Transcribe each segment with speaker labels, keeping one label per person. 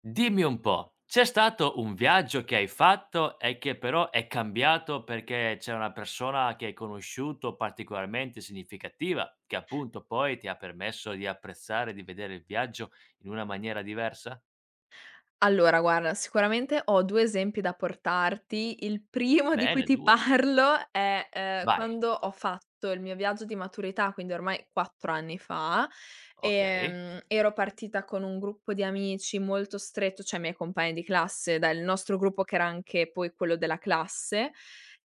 Speaker 1: Dimmi un po', c'è stato un viaggio che hai fatto e che però è cambiato perché c'è una persona che hai conosciuto particolarmente significativa, che appunto poi ti ha permesso di apprezzare, di vedere il viaggio in una maniera diversa?
Speaker 2: Allora guarda, sicuramente ho 2 esempi da portarti. Il primo di cui
Speaker 1: Bene,
Speaker 2: ti
Speaker 1: 2.
Speaker 2: parlo è,
Speaker 1: Vai,
Speaker 2: quando ho fatto il mio viaggio di maturità, quindi ormai 4 anni fa.
Speaker 1: okay.
Speaker 2: Ero partita con un gruppo di amici molto stretto, cioè i miei compagni di classe, dal nostro gruppo che era anche poi quello della classe.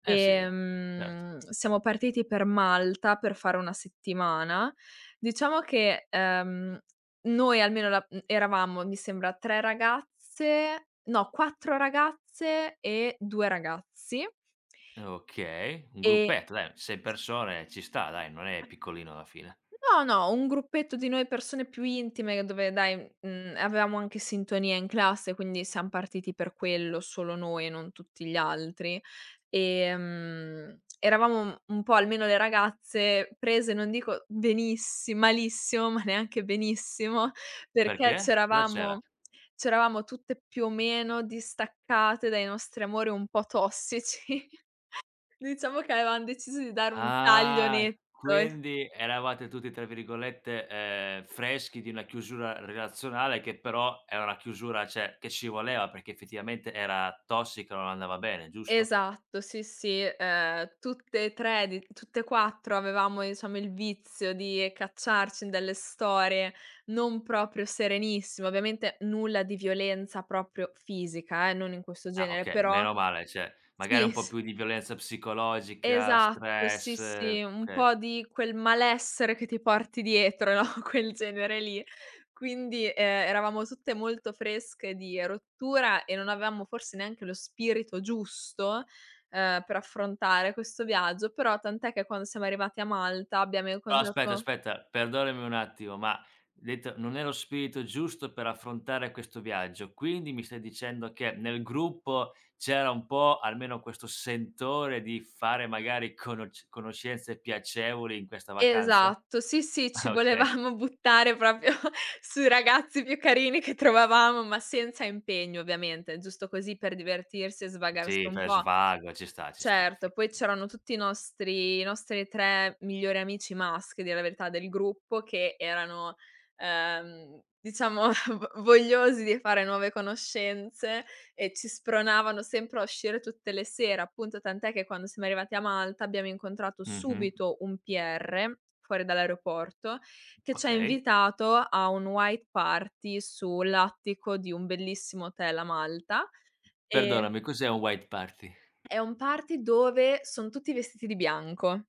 Speaker 1: Eh sì, certo.
Speaker 2: Siamo partiti per Malta per fare una settimana. Diciamo che, noi almeno eravamo mi sembra 3 ragazze, no, 4 ragazze e 2 ragazzi.
Speaker 1: Okay, un
Speaker 2: E
Speaker 1: gruppetto dai, 6 persone ci sta dai, non è piccolino alla fine.
Speaker 2: No, no, un gruppetto di noi persone più intime dove dai, avevamo anche sintonia in classe, quindi siam partiti per quello, solo noi e non tutti gli altri. Eravamo un po', almeno le ragazze, prese non dico benissi malissimo, ma neanche benissimo, perché
Speaker 1: Perché? Cosa c'era?
Speaker 2: c'eravamo tutte più o meno distaccate dai nostri amori un po' tossici. Diciamo che avevam deciso di dare un taglio
Speaker 1: Ah,
Speaker 2: netto.
Speaker 1: quindi eravate tutti, tra virgolette, "freschi" di una chiusura relazionale che però è una chiusura, cioè, che ci voleva perché effettivamente era tossica, non andava bene, giusto?
Speaker 2: Esatto, sì, sì, tutte e 3, di tutte e 4, avevamo, diciamo, il vizio di cacciarci in delle storie non proprio serenissime, ovviamente nulla di violenza proprio fisica, non in questo
Speaker 1: Ah,
Speaker 2: genere,
Speaker 1: okay,
Speaker 2: però
Speaker 1: meno male, cioè, magari
Speaker 2: sì.
Speaker 1: un po'
Speaker 2: s
Speaker 1: più di violenza psicologica,
Speaker 2: Esatto, sì,
Speaker 1: stress,
Speaker 2: sì, un
Speaker 1: okay.
Speaker 2: po' di quel malessere che ti porti dietro, no, quel genere lì. Quindi, eravamo tutte molto fresche di rottura e non avevamo forse neanche lo spirito giusto, per affrontare questo viaggio, però tant'è che quando siamo arrivati a Malta abbiamo
Speaker 1: No, aspetta,
Speaker 2: incontrato.
Speaker 1: aspetta, perdonami un attimo, ma detto non è lo spirito giusto per affrontare questo viaggio, quindi mi stai dicendo che nel gruppo c'era un po' almeno questo sentore di fare magari conoscenze piacevoli in questa vacanza?
Speaker 2: Esatto, sì, sì, ci
Speaker 1: Ah, okay.
Speaker 2: volevamo buttare proprio sui ragazzi più carini che trovavamo, ma senza impegno ovviamente, giusto così per divertirsi e svagarsi
Speaker 1: Sì,
Speaker 2: un
Speaker 1: per
Speaker 2: po'.
Speaker 1: svago, ci sta alla
Speaker 2: Certo,
Speaker 1: fine.
Speaker 2: poi c'erano tutti i nostri 3 migliori amici maschi, a dire la verità, del gruppo che erano, diciamo, v vogliosi di fare nuove conoscenze e ci spronavano sempre a uscire tutte le sere, appunto, tant'è che quando siamo arrivati a Malta abbiamo incontrato
Speaker 1: Mh-mh,
Speaker 2: subito un PR fuori dall'aeroporto che ci ha
Speaker 1: okay.
Speaker 2: invitato a un white party sull'attico di un bellissimo hotel a Malta. e
Speaker 1: Perdonami, cos'è un white party?
Speaker 2: è un party dove son tutti vestiti di bianco.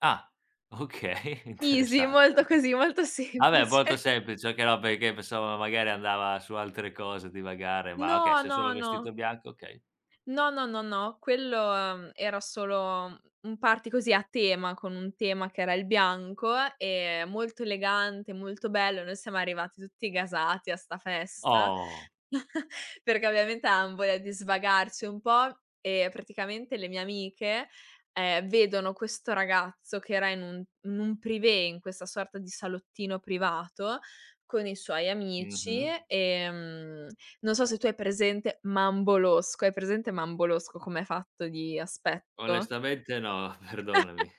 Speaker 1: Ah, okay,
Speaker 2: Easy,
Speaker 1: interessante.
Speaker 2: molto così, molto
Speaker 1: Vabbè molto
Speaker 2: semplice.
Speaker 1: semplice, okay, no perché pensavo magari andava su altre cose, divagare, ma okay,
Speaker 2: No,
Speaker 1: se solo
Speaker 2: no, no.
Speaker 1: vestito bianco, okay.
Speaker 2: No, no, no, no, quello, era solo un party così a tema, con un tema che era il bianco e molto elegante, molto bello. Noi siamo arrivati tutti gasati a 'sta festa,
Speaker 1: Oh,
Speaker 2: perché ovviamente avevam voglia di svagarci un po' e praticamente le mie amiche, vedono questo ragazzo che era in un privé, in questa sorta di salottino privato con i suoi amici.
Speaker 1: mh-mh.
Speaker 2: Non so se tu hai presente Mambolosco. Hai presente Mambolosco com'è fatto di aspetto?
Speaker 1: Onestamente no, perdonami.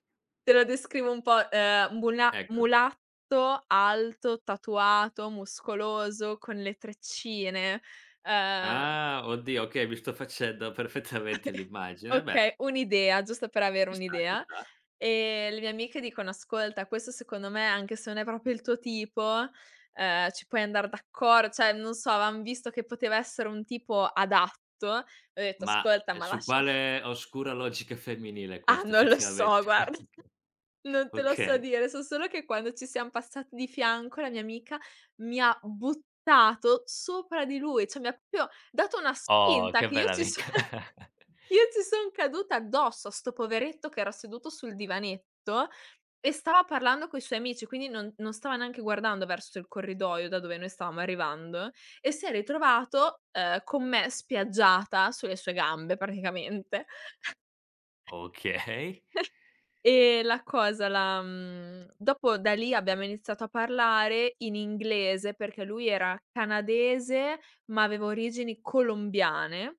Speaker 2: Te lo descrivo un po',
Speaker 1: Ecco.
Speaker 2: mulatto, alto, tatuato, muscoloso, con le treccine, ehm
Speaker 1: Ah, oddio, okay, mi sto facendo perfettamente l'immagine. Beh,
Speaker 2: okay, un'idea, giusto per avere
Speaker 1: ci sta, ci
Speaker 2: un'idea.
Speaker 1: sta.
Speaker 2: E le mie amiche dicono: "Ascolta, questo secondo me, anche se non è proprio il tuo tipo, ci puoi andar d'accor", cioè non so, avevam visto che poteva essere un tipo adatto, e ho detto:
Speaker 1: Ma,
Speaker 2: "Ascolta, ma
Speaker 1: su
Speaker 2: lascia".
Speaker 1: quale oscura logica femminile
Speaker 2: Ah,
Speaker 1: questo
Speaker 2: non lo so
Speaker 1: effettivamente.
Speaker 2: guarda, non te lo so
Speaker 1: Okay.
Speaker 2: dire. So solo che quando ci siam passati di fianco, la mia amica mi ha buttato sopra di lui, cioè mi ha proprio dato una
Speaker 1: Oh,
Speaker 2: spinta
Speaker 1: che
Speaker 2: che io
Speaker 1: bella
Speaker 2: ci so
Speaker 1: amica.
Speaker 2: che io ci son caduta addosso a 'sto poveretto che era seduto sul divanetto e stava parlando coi suoi amici, quindi non stava neanche guardando verso il corridoio da dove noi stavamo arrivando, e si è ritrovato, con me spiaggiata sulle sue gambe praticamente.
Speaker 1: Okay.
Speaker 2: E la cosa, dopo da lì abbiamo iniziato a parlare in inglese, perché lui era canadese, ma aveva origini colombiane.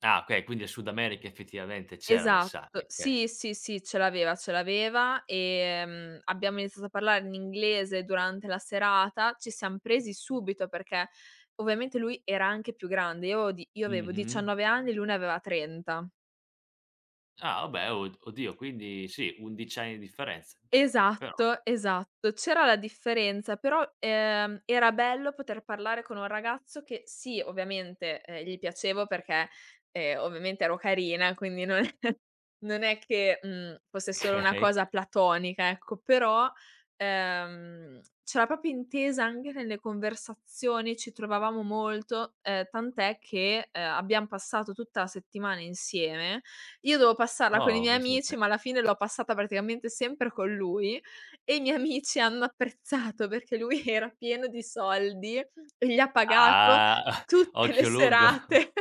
Speaker 1: Ah, okay, quindi il Sud America effettivamente c'era nel
Speaker 2: Esatto.
Speaker 1: sangue, okay.
Speaker 2: Sì, sì, sì, ce l'aveva, ce l'aveva. Abbiamo iniziato a parlare in inglese durante la serata, ci siam presi subito perché ovviamente lui era anche più grande. Io avevo
Speaker 1: Mh-mh.
Speaker 2: 19 anni, lui ne aveva 30.
Speaker 1: Ah vabbè, od oddio quindi sì, 11 anni di differenza, dici però
Speaker 2: Esatto, esatto. C'era la differenza, però, era bello poter parlare con un ragazzo che sì, ovviamente, gli piacevo perché, ovviamente ero carina, quindi non è non è che, fosse solo una
Speaker 1: Okay.
Speaker 2: cosa platonica, ecco, però, c'era proprio intesa anche nelle conversazioni, ci trovavamo molto, tant'è che, abbiam passato tutta la settimana insieme. Io dovevo passarla con i
Speaker 1: Oh,
Speaker 2: miei
Speaker 1: pensa
Speaker 2: amici,
Speaker 1: te.
Speaker 2: ma alla fine l'ho passata praticamente sempre con lui e i miei amici hanno apprezzato perché lui era pieno di soldi e gli ha pagato
Speaker 1: Ah,
Speaker 2: tutte le
Speaker 1: occhio lungo.
Speaker 2: serate.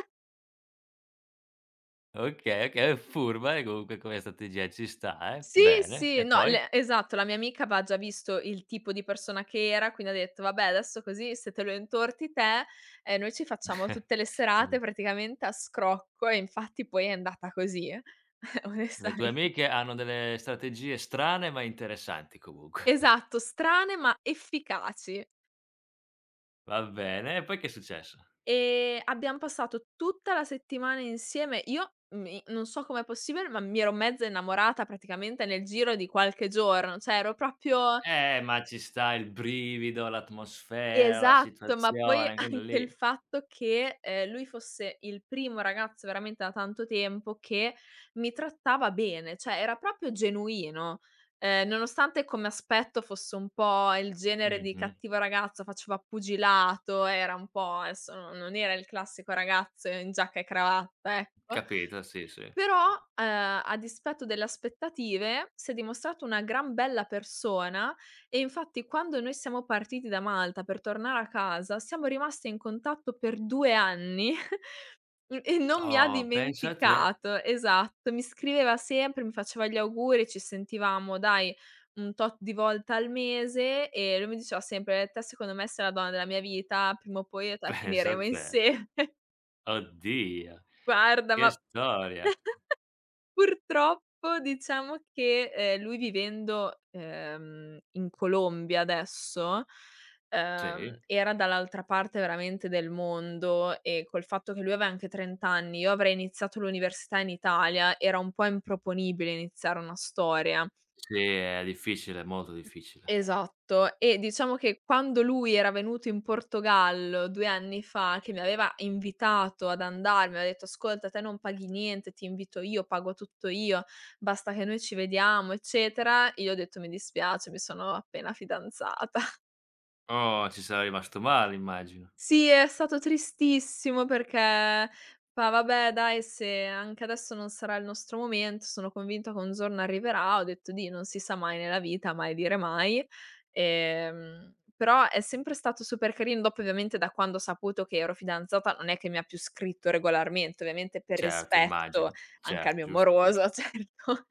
Speaker 1: Okay, okay, furba e comunque come strategia ci sta, eh.
Speaker 2: Sì,
Speaker 1: Bene,
Speaker 2: sì,
Speaker 1: e
Speaker 2: no,
Speaker 1: poi?
Speaker 2: le esatto, la mia amica aveva già visto il tipo di persona che era, quindi ha detto: "Vabbè adesso così se te lo intorti te, noi ci facciamo tutte le serate
Speaker 1: Come
Speaker 2: praticamente a scrocco", e infatti poi è andata così,
Speaker 1: le tue
Speaker 2: onestamente.
Speaker 1: amiche hanno delle strategie strane ma interessanti comunque.
Speaker 2: Esatto, strane ma efficaci.
Speaker 1: Va bene, e poi che è successo?
Speaker 2: Abbiam passato tutta la settimana insieme. Io mi non so com'è possibile, ma mi ero mezza innamorata praticamente nel giro di qualche giorno, cioè ero proprio.
Speaker 1: Ma ci sta il brivido, l'atmosfera, la
Speaker 2: Esatto, ma poi
Speaker 1: situazione, quindi
Speaker 2: anche il
Speaker 1: lì
Speaker 2: fatto che, lui fosse il primo ragazzo veramente da tanto tempo che mi trattava bene, cioè era proprio genuino, nonostante come aspetto fosse un po' il genere di
Speaker 1: mh-mh,
Speaker 2: cattivo ragazzo, faceva pugilato, era un po' adesso, no, non era il classico ragazzo in giacca e cravatta, ecco.
Speaker 1: capito, sì, sì.
Speaker 2: Però, a dispetto delle aspettative, si è dimostrato una gran bella persona, e infatti quando noi siamo partiti da Malta per tornare a casa, siamo rimasti in contatto per 2 anni. n E non mi ha
Speaker 1: Oh, pensa te.
Speaker 2: dimenticato, esatto. Mi scriveva sempre, mi faceva gli auguri, ci sentivamo dai un tot di volte al mese e lui mi diceva sempre: "Te secondo me sei la donna della mia vita, prima o poi io e te
Speaker 1: Pensa
Speaker 2: finiremo
Speaker 1: a te.
Speaker 2: insieme."
Speaker 1: Oddio,
Speaker 2: "Guarda,
Speaker 1: che
Speaker 2: ma..."
Speaker 1: storia.
Speaker 2: Purtroppo diciamo che, lui vivendo, in Colombia adesso,
Speaker 1: Sì?
Speaker 2: era dall'altra parte veramente del mondo e col fatto che lui aveva anche 30 anni, io avrei iniziato l'università in Italia, era un po' improponibile iniziare una storia.
Speaker 1: Sì, è difficile, molto difficile.
Speaker 2: Esatto. E diciamo che quando lui era venuto in Portogallo 2 anni fa, che mi aveva invitato ad andarmene, aveva detto: "Ascolta, te non paghi niente, ti invito io, pago tutto io, basta che noi ci vediamo", eccetera, io ho detto: "Mi dispiace, mi sono appena fidanzata".
Speaker 1: Oh, ci sarai rimasto male immagino.
Speaker 2: Sì, è stato tristissimo perché fa: "Vabbè dai, se anche adesso non sarà il nostro momento, sono convinto che un giorno arriverà." Ho detto: "Dì, non si sa mai nella vita, mai dire mai." Però è sempre stato super carino. Dopo, ovviamente, da quando ho saputo che ero fidanzata non è che mi ha più scritto regolarmente, ovviamente per
Speaker 1: Certo,
Speaker 2: rispetto
Speaker 1: immagino.
Speaker 2: anche al
Speaker 1: Certo,
Speaker 2: mio
Speaker 1: giusto,
Speaker 2: moroso,
Speaker 1: giusto.
Speaker 2: certo.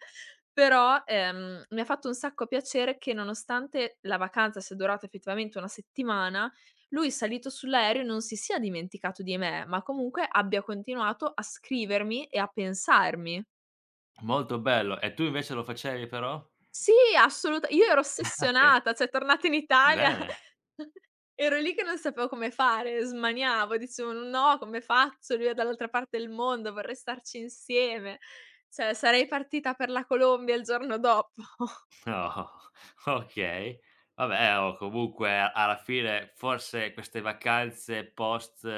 Speaker 2: Però, mi ha fatto un sacco piacere che nonostante la vacanza sia durata effettivamente 1 settimana, lui salito sull'aereo non si sia dimenticato di me, ma comunque abbia continuato a scrivermi e a pensarmi.
Speaker 1: Molto bello. E tu invece lo facevi però?
Speaker 2: Sì, assoluta io ero
Speaker 1: Ah, okay,
Speaker 2: ossessionata, cioè tornata in Italia
Speaker 1: bene.
Speaker 2: ero lì che non sapevo come fare, smaniavo, dicevo: "No, come faccio? Lui è dall'altra parte del mondo, vorrei starci insieme." Cioè sarei partita per la Colombia il giorno dopo.
Speaker 1: Oh, okay. Vabbè, oh, comunque alla fine forse queste vacanze post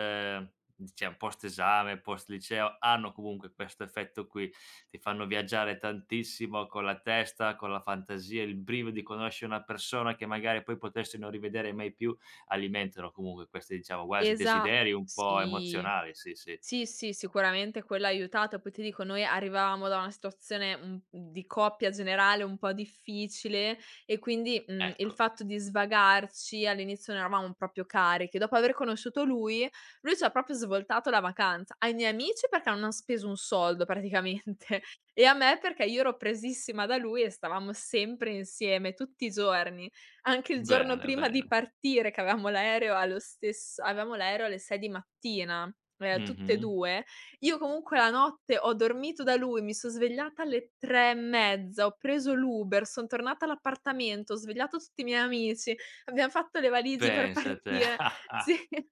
Speaker 1: diciam post esame, post liceo, hanno comunque questo effetto qui. Ti fanno viaggiare tantissimo con la testa, con la fantasia, il brivido di conoscere una persona che magari poi potresti non rivedere mai più, alimentano comunque questi, diciamo, quasi
Speaker 2: Esatto,
Speaker 1: desideri un po'
Speaker 2: sì.
Speaker 1: emozionali, sì, sì.
Speaker 2: Sì, sì, sicuramente quello ha aiutato. Poi ti dico, noi arrivavamo da una situazione un di coppia generale un po' difficile, e quindi, il
Speaker 1: Ecco,
Speaker 2: fatto di svagarci, all'inizio non eravamo proprio cariche. Dopo aver conosciuto lui, lui ci ha proprio svoltato la vacanza. Ai miei amici perché non han speso un soldo praticamente e a me perché io ero presissima da lui e stavamo sempre insieme tutti i giorni. Anche il giorno
Speaker 1: bene,
Speaker 2: prima
Speaker 1: bene.
Speaker 2: di partire che avevamo l'aereo alle 6 di mattina. Tutte e
Speaker 1: Mh-mh.
Speaker 2: 2, io comunque la notte ho dormito da lui, mi son svegliata alle 3 e mezza, ho preso l'Uber, son tornata all'appartamento, ho svegliato tutti i miei amici, abbiam fatto le valigie per
Speaker 1: Pensa te.
Speaker 2: partire. Sì,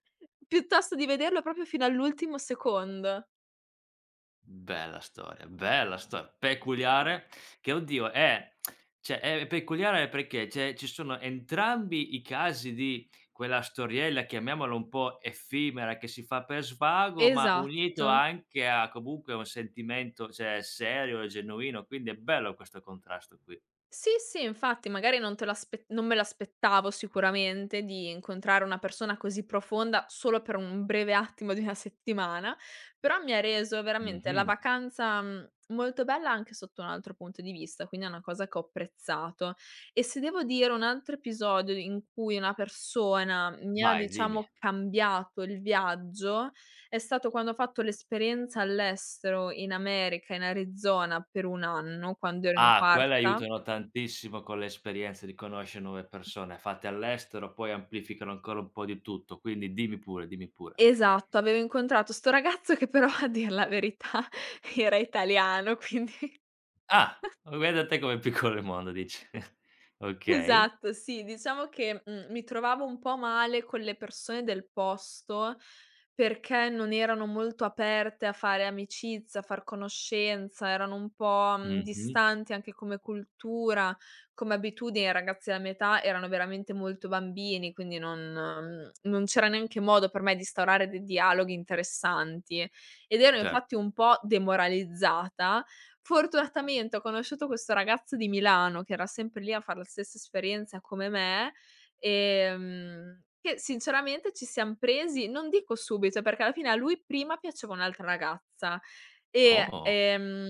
Speaker 2: piuttosto di vederlo proprio fino all'ultimo secondo.
Speaker 1: Bella storia, peculiare che oddio è cioè è peculiare perché, cioè, ci sono entrambi i casi di quella storiella, chiamiamola un po' effimera, che si fa per svago, ma unito
Speaker 2: Esatto.
Speaker 1: anche a comunque un sentimento, cioè, serio e genuino, quindi è bello questo contrasto qui.
Speaker 2: Sì, sì, infatti magari non te lo aspe non me l'aspettavo sicuramente di incontrare una persona così profonda solo per un breve attimo di una settimana, però mi ha reso veramente la
Speaker 1: Mh-mh.
Speaker 2: vacanza, molto bella anche sotto un altro punto di vista, quindi è una cosa che ho apprezzato. E se devo dire un altro episodio in cui una persona mi ha,
Speaker 1: Vai, dimmi.
Speaker 2: diciamo, cambiato il viaggio, è stato quando ho fatto l'esperienza all'estero in America, in Arizona per 1 anno, quando ero in
Speaker 1: Ah, quelle
Speaker 2: quarta.
Speaker 1: aiutano tantissimo con l'esperienza di conoscere nuove persone, fatte all'estero poi amplificano ancora un po' di tutto, quindi dimmi pure, dimmi pure.
Speaker 2: Esatto, avevo incontrato 'sto ragazzo che però a dir la verità era italiano, quindi.
Speaker 1: Ah, ma guarda te com'è piccolo il mondo dici. Okay.
Speaker 2: Esatto, sì, diciamo che, mi trovavo un po' male con le persone del posto, perché non erano molto aperte a fare amicizia, a far conoscenza, erano un po',
Speaker 1: Mh-mh.
Speaker 2: distanti anche come cultura, come abitudini. I ragazzi della mia età erano veramente molto bambini, quindi non c'era neanche modo per me di instaurare dei dialoghi interessanti ed ero
Speaker 1: Cer
Speaker 2: infatti un po' demoralizzata. Fortunatamente ho conosciuto questo ragazzo di Milano, che era sempre lì a far la stessa esperienza come me, che sinceramente ci siam presi, non dico subito, perché alla fine a lui prima piaceva un'altra ragazza e,
Speaker 1: oh,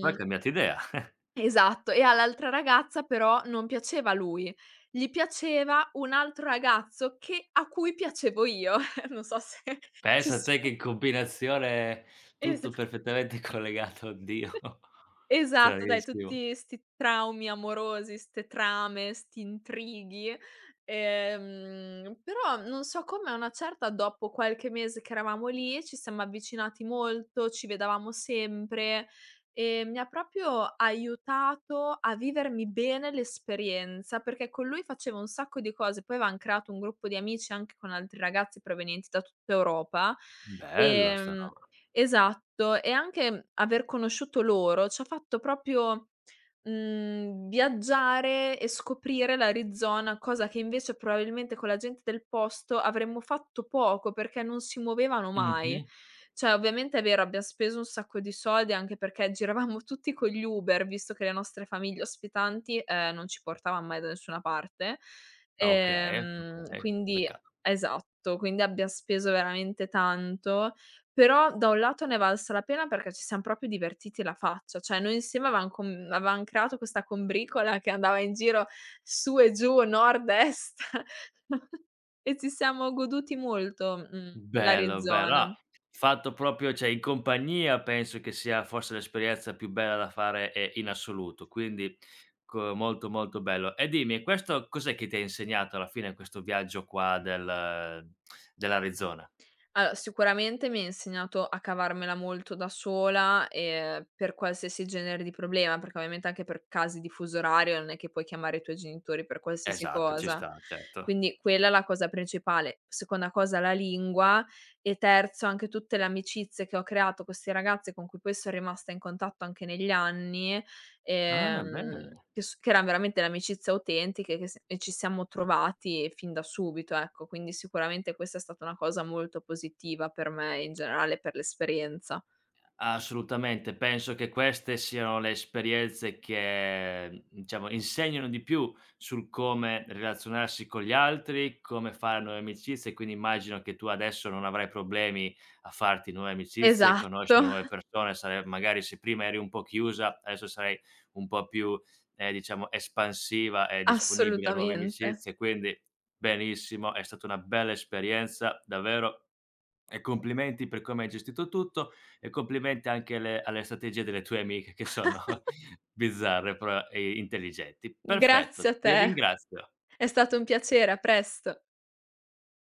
Speaker 1: ma hai cambiato idea.
Speaker 2: esatto, e all'altra ragazza però non piaceva lui, gli piaceva un altro ragazzo che a cui piacevo io. Non so se si
Speaker 1: Pensa
Speaker 2: s
Speaker 1: te che combinazione
Speaker 2: esa
Speaker 1: tutto perfettamente collegato, oddio.
Speaker 2: Esatto, dai,
Speaker 1: Stranissimo.
Speaker 2: tutti 'sti traumi amorosi, 'ste trame, 'sti intrighi, però non so come a una certa, dopo qualche mese che eravamo lì, ci siamo avvicinati molto, ci vedevamo sempre e mi ha proprio aiutato a vivermi bene l'esperienza, perché con lui facevo un sacco di cose, poi avevam creato un gruppo di amici anche con altri ragazzi provenienti da tutta Europa.
Speaker 1: Bello sta
Speaker 2: ehm
Speaker 1: roba.
Speaker 2: Esatto, e anche aver conosciuto loro c'ha fatto proprio, viaggiare e scoprire l'Arizona, cosa che invece probabilmente con la gente del posto avremmo fatto poco, perché non si muovevano mai.
Speaker 1: Mh-mh.
Speaker 2: Cioè, ovviamente è vero, abbiam speso un sacco di soldi, anche perché giravamo tutti con gli Uber, visto che le nostre famiglie ospitanti, non ci portavan mai da nessuna parte.
Speaker 1: Okay, okay.
Speaker 2: Quindi,
Speaker 1: Peccato
Speaker 2: esatto, quindi abbiam speso veramente tanto, però da un lato ne è valsa la pena perché ci siam proprio divertiti la faccia, cioè noi insieme avevam creato questa combricola che andava in giro su e giù, nord, est, e ci siamo goduti molto,
Speaker 1: bello, bello.
Speaker 2: l'Arizona.
Speaker 1: Ah, fatto proprio cioè in compagnia penso che sia forse l'esperienza più bella da fare, in assoluto, quindi co molto, molto bello. E dimmi, questo cos'è che ti ha insegnato alla fine questo viaggio qua del dell'Arizona?
Speaker 2: Allora, sicuramente mi ha insegnato a cavarmela molto da sola, per qualsiasi genere di problema, perché ovviamente anche per casi di fuso orario non è che puoi chiamare i tuoi genitori per qualsiasi
Speaker 1: Esatto, ci
Speaker 2: cosa.
Speaker 1: sta, certo.
Speaker 2: Quindi quella è la cosa principale. Seconda cosa, la lingua, e terzo anche tutte le amicizie che ho creato con 'sti ragazzi con cui poi son rimasta in contatto anche negli anni.
Speaker 1: Ah, bene.
Speaker 2: Che s che eran veramente le amicizie autentiche che s e ci siamo trovati fin da subito, ecco. Quindi sicuramente questa è stata una cosa molto positiva per me e in generale per l'esperienza.
Speaker 1: Assolutamente, penso che queste siano le esperienze che, diciamo, insegnano di più sul come relazionarsi con gli altri, come fare nuove amicizie, quindi immagino che tu adesso non avrai problemi a farti nuove amicizie,
Speaker 2: Esatto,
Speaker 1: conoscere nuove persone, sare magari se prima eri un po' chiusa, adesso sarai un po' più, diciamo, espansiva e disponibile a nuove
Speaker 2: assolutamente.
Speaker 1: amicizie, quindi benissimo, è stata una bella esperienza davvero e complimenti per come hai gestito tutto e complimenti anche alle strategie delle tue amiche che sono bizzarre, però, intelligenti.
Speaker 2: Grazie
Speaker 1: Perfetto,
Speaker 2: a
Speaker 1: ti
Speaker 2: te,
Speaker 1: ringrazio.
Speaker 2: è stato un piacere, a presto.